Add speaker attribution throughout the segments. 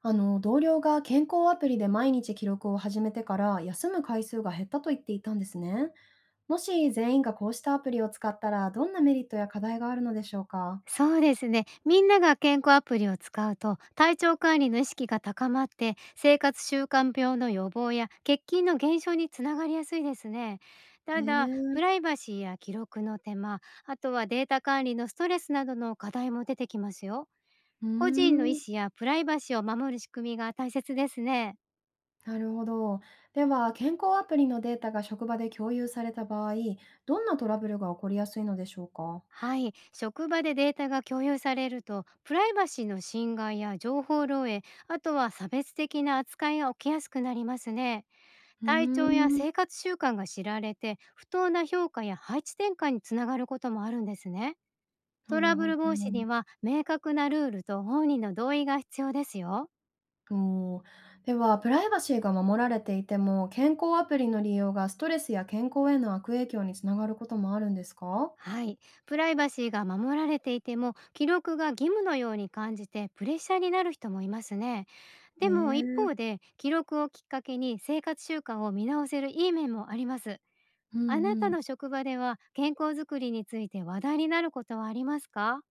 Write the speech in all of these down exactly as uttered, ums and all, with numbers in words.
Speaker 1: あの、同僚が健康アプリで毎日記録を始めてから休む回数が減ったと言っていたんですね。もし全員がこうしたアプリを使ったらどんなメリットや課題があるのでしょうか。
Speaker 2: そうですね。みんなが健康アプリを使うと、体調管理の意識が高まって、生活習慣病の予防や欠勤の減少につながりやすいですね。
Speaker 1: へ
Speaker 2: ただ、プ
Speaker 1: え、
Speaker 2: ライバシーや記録の手間、あとはデータ管理のストレスなどの課題も出てきますよ。
Speaker 1: うー
Speaker 2: 個人の意
Speaker 1: ん、
Speaker 2: 思やプライバシーを守る仕組みが大切ですね。
Speaker 1: なるほど。では、健康アプリのデータが職場で共有された場合、どんなトラブルが起こりやすいのでしょうか。
Speaker 2: はい、職場でデータが共有されると、プライバシーの侵害や情報漏洩、あとは差別的な扱いが起きやすくなりますね。
Speaker 1: うー
Speaker 2: 体調や
Speaker 1: ん、
Speaker 2: 生活習慣が知られて不当な評価や配置転換につながることもあるんですね。
Speaker 1: な
Speaker 2: ト
Speaker 1: る
Speaker 2: ラブ
Speaker 1: ほど。
Speaker 2: ル防止には明確なルールと本人の同意が必要ですよ。
Speaker 1: おお、では、プライバシーが守られていても、健康アプリの利用がストレスや健康への悪影響につながることもあるんですか？
Speaker 2: はい、プライバシーが守られていても、記録が義務のように感じてプレッシャーになる人もいますね。
Speaker 1: ね
Speaker 2: でも一方
Speaker 1: え。
Speaker 2: で、記録をきっかけに生活習慣を見直せるいい面もあります。
Speaker 1: う
Speaker 2: あな
Speaker 1: んう
Speaker 2: た
Speaker 1: ん。
Speaker 2: の職場では健康づくりについて話題になることはありますか？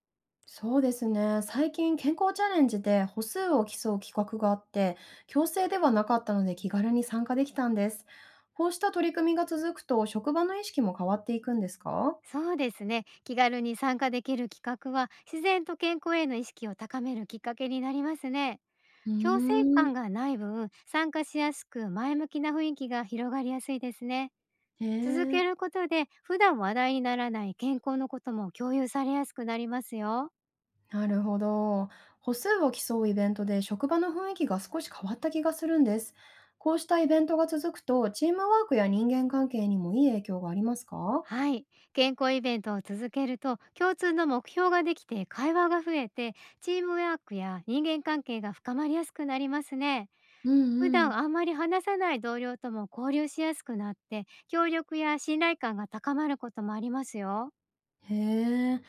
Speaker 1: そうですね。最近健康チャレンジで歩数を競う企画があって、強制ではなかったので気軽に参加できたんです。こうした取り組みが続くと、職場の意識も変わっていくんですか？
Speaker 2: そうですね。気軽に参加できる企画は、自然と健康への意識を高めるきっかけになりますね。
Speaker 1: う
Speaker 2: 強制
Speaker 1: ー
Speaker 2: 感
Speaker 1: ん。
Speaker 2: がない分、参加しやすく前向きな雰囲気が広がりやすいですね。
Speaker 1: へ
Speaker 2: 続
Speaker 1: え。
Speaker 2: けることで、普段話題にならない健康のことも共有されやすくなりますよ。
Speaker 1: なるほど。歩数を競うイベントで職場の雰囲気が少し変わった気がするんです。こうしたイベントが続くと、チームワークや人間関係にもいい影響がありますか。
Speaker 2: はい。健康イベントを続けると、共通の目標ができて会話が増えて、チームワークや人間関係が深まりやすくなりますね。
Speaker 1: う
Speaker 2: 普
Speaker 1: んうん。
Speaker 2: 段あんまり話さない同僚とも交流しやすくなって、協力や信頼感が高まることもありますよ。
Speaker 1: へえ。い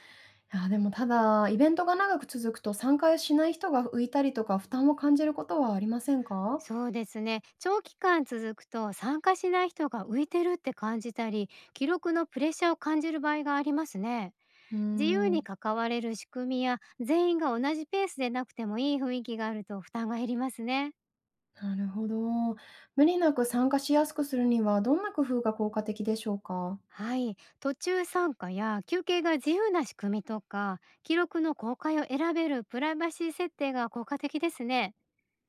Speaker 1: や、でもただ、イベントが長く続くと参加しない人が浮いたりとか負担を感じることはありませんか。
Speaker 2: そうですね。長期間続くと参加しない人が浮いてるって感じたり、記録のプレッシャーを感じる場合がありますね。
Speaker 1: うー
Speaker 2: 自由
Speaker 1: ん、
Speaker 2: に関われる仕組みや、全員が同じペースでなくてもいい雰囲気があると負担が減りますね。
Speaker 1: なるほど。無理なく参加しやすくするには、どんな工夫が効果的でしょうか。
Speaker 2: はい。途中参加や休憩が自由な仕組みとか、記録の公開を選べるプライバシー設定が効果的ですね。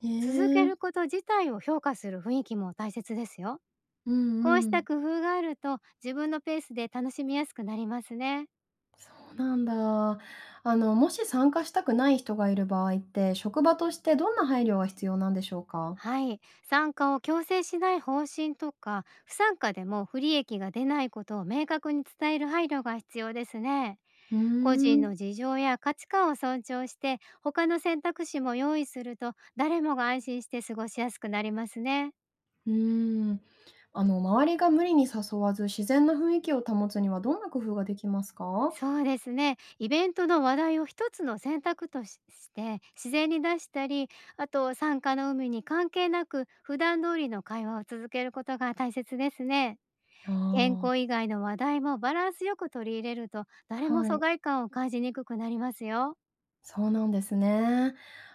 Speaker 1: へ
Speaker 2: 続け
Speaker 1: え。
Speaker 2: ること自体を評価する雰囲気も大切ですよ。
Speaker 1: う
Speaker 2: こう
Speaker 1: ん
Speaker 2: し
Speaker 1: う
Speaker 2: た
Speaker 1: ん、
Speaker 2: 工夫があると、自分のペースで楽しみやすくなりますね。
Speaker 1: そうなんだ。あの、もし参加したくない人がいる場合って、職場としてどんな配慮が必要なんでしょうか？
Speaker 2: はい。参加を強制しない方針とか、不参加でも不利益が出ないことを明確に伝える配慮が必要ですね。
Speaker 1: うー
Speaker 2: 個人
Speaker 1: ん、
Speaker 2: の事情や価値観を尊重して、他の選択肢も用意すると、誰もが安心して過ごしやすくなりますね。
Speaker 1: うーん。あの、周りが無理に誘わず、自然な雰囲気を保つにはどんな工夫ができますか？
Speaker 2: そうですね。イベントの話題を一つの選択としして自然に出したり、あと参加の有無に関係なく普段通りの会話を続けることが大切ですね。
Speaker 1: あ
Speaker 2: 健康以
Speaker 1: あ、
Speaker 2: 外の話題もバランスよく取り入れると、誰も
Speaker 1: は
Speaker 2: 疎
Speaker 1: い、
Speaker 2: 外感を感じにくくなりますよ。
Speaker 1: そうなんですね。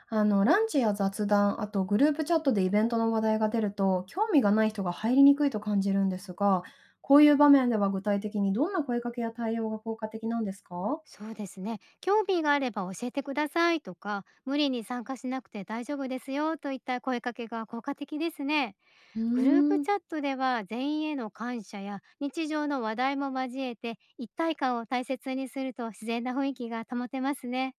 Speaker 1: あの、ランチや雑談、あとグループチャットでイベントの話題が出ると、興味がない人が入りにくいと感じるんですが、こういう場面では具体的にどんな声かけや対応が効果的なんですか？
Speaker 2: そうですね。興味があれば教えてくださいとか、無理に参加しなくて大丈夫ですよといった声かけが効果的ですね。
Speaker 1: う
Speaker 2: グルー
Speaker 1: ー
Speaker 2: プ
Speaker 1: ん。
Speaker 2: チャットでは、全員への感謝や日常の話題も交えて一体感を大切にすると、自然な雰囲気が保てますね。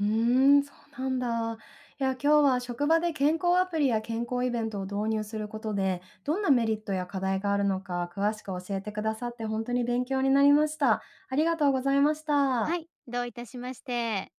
Speaker 1: うーん、そうなんだ。いや、今日は職場で健康アプリや健康イベントを導入することで、どんなメリットや課題があるのか詳しく教えてくださって本当に勉強になりました。ありがとうございまし
Speaker 2: は
Speaker 1: た。
Speaker 2: い、どういたしまして。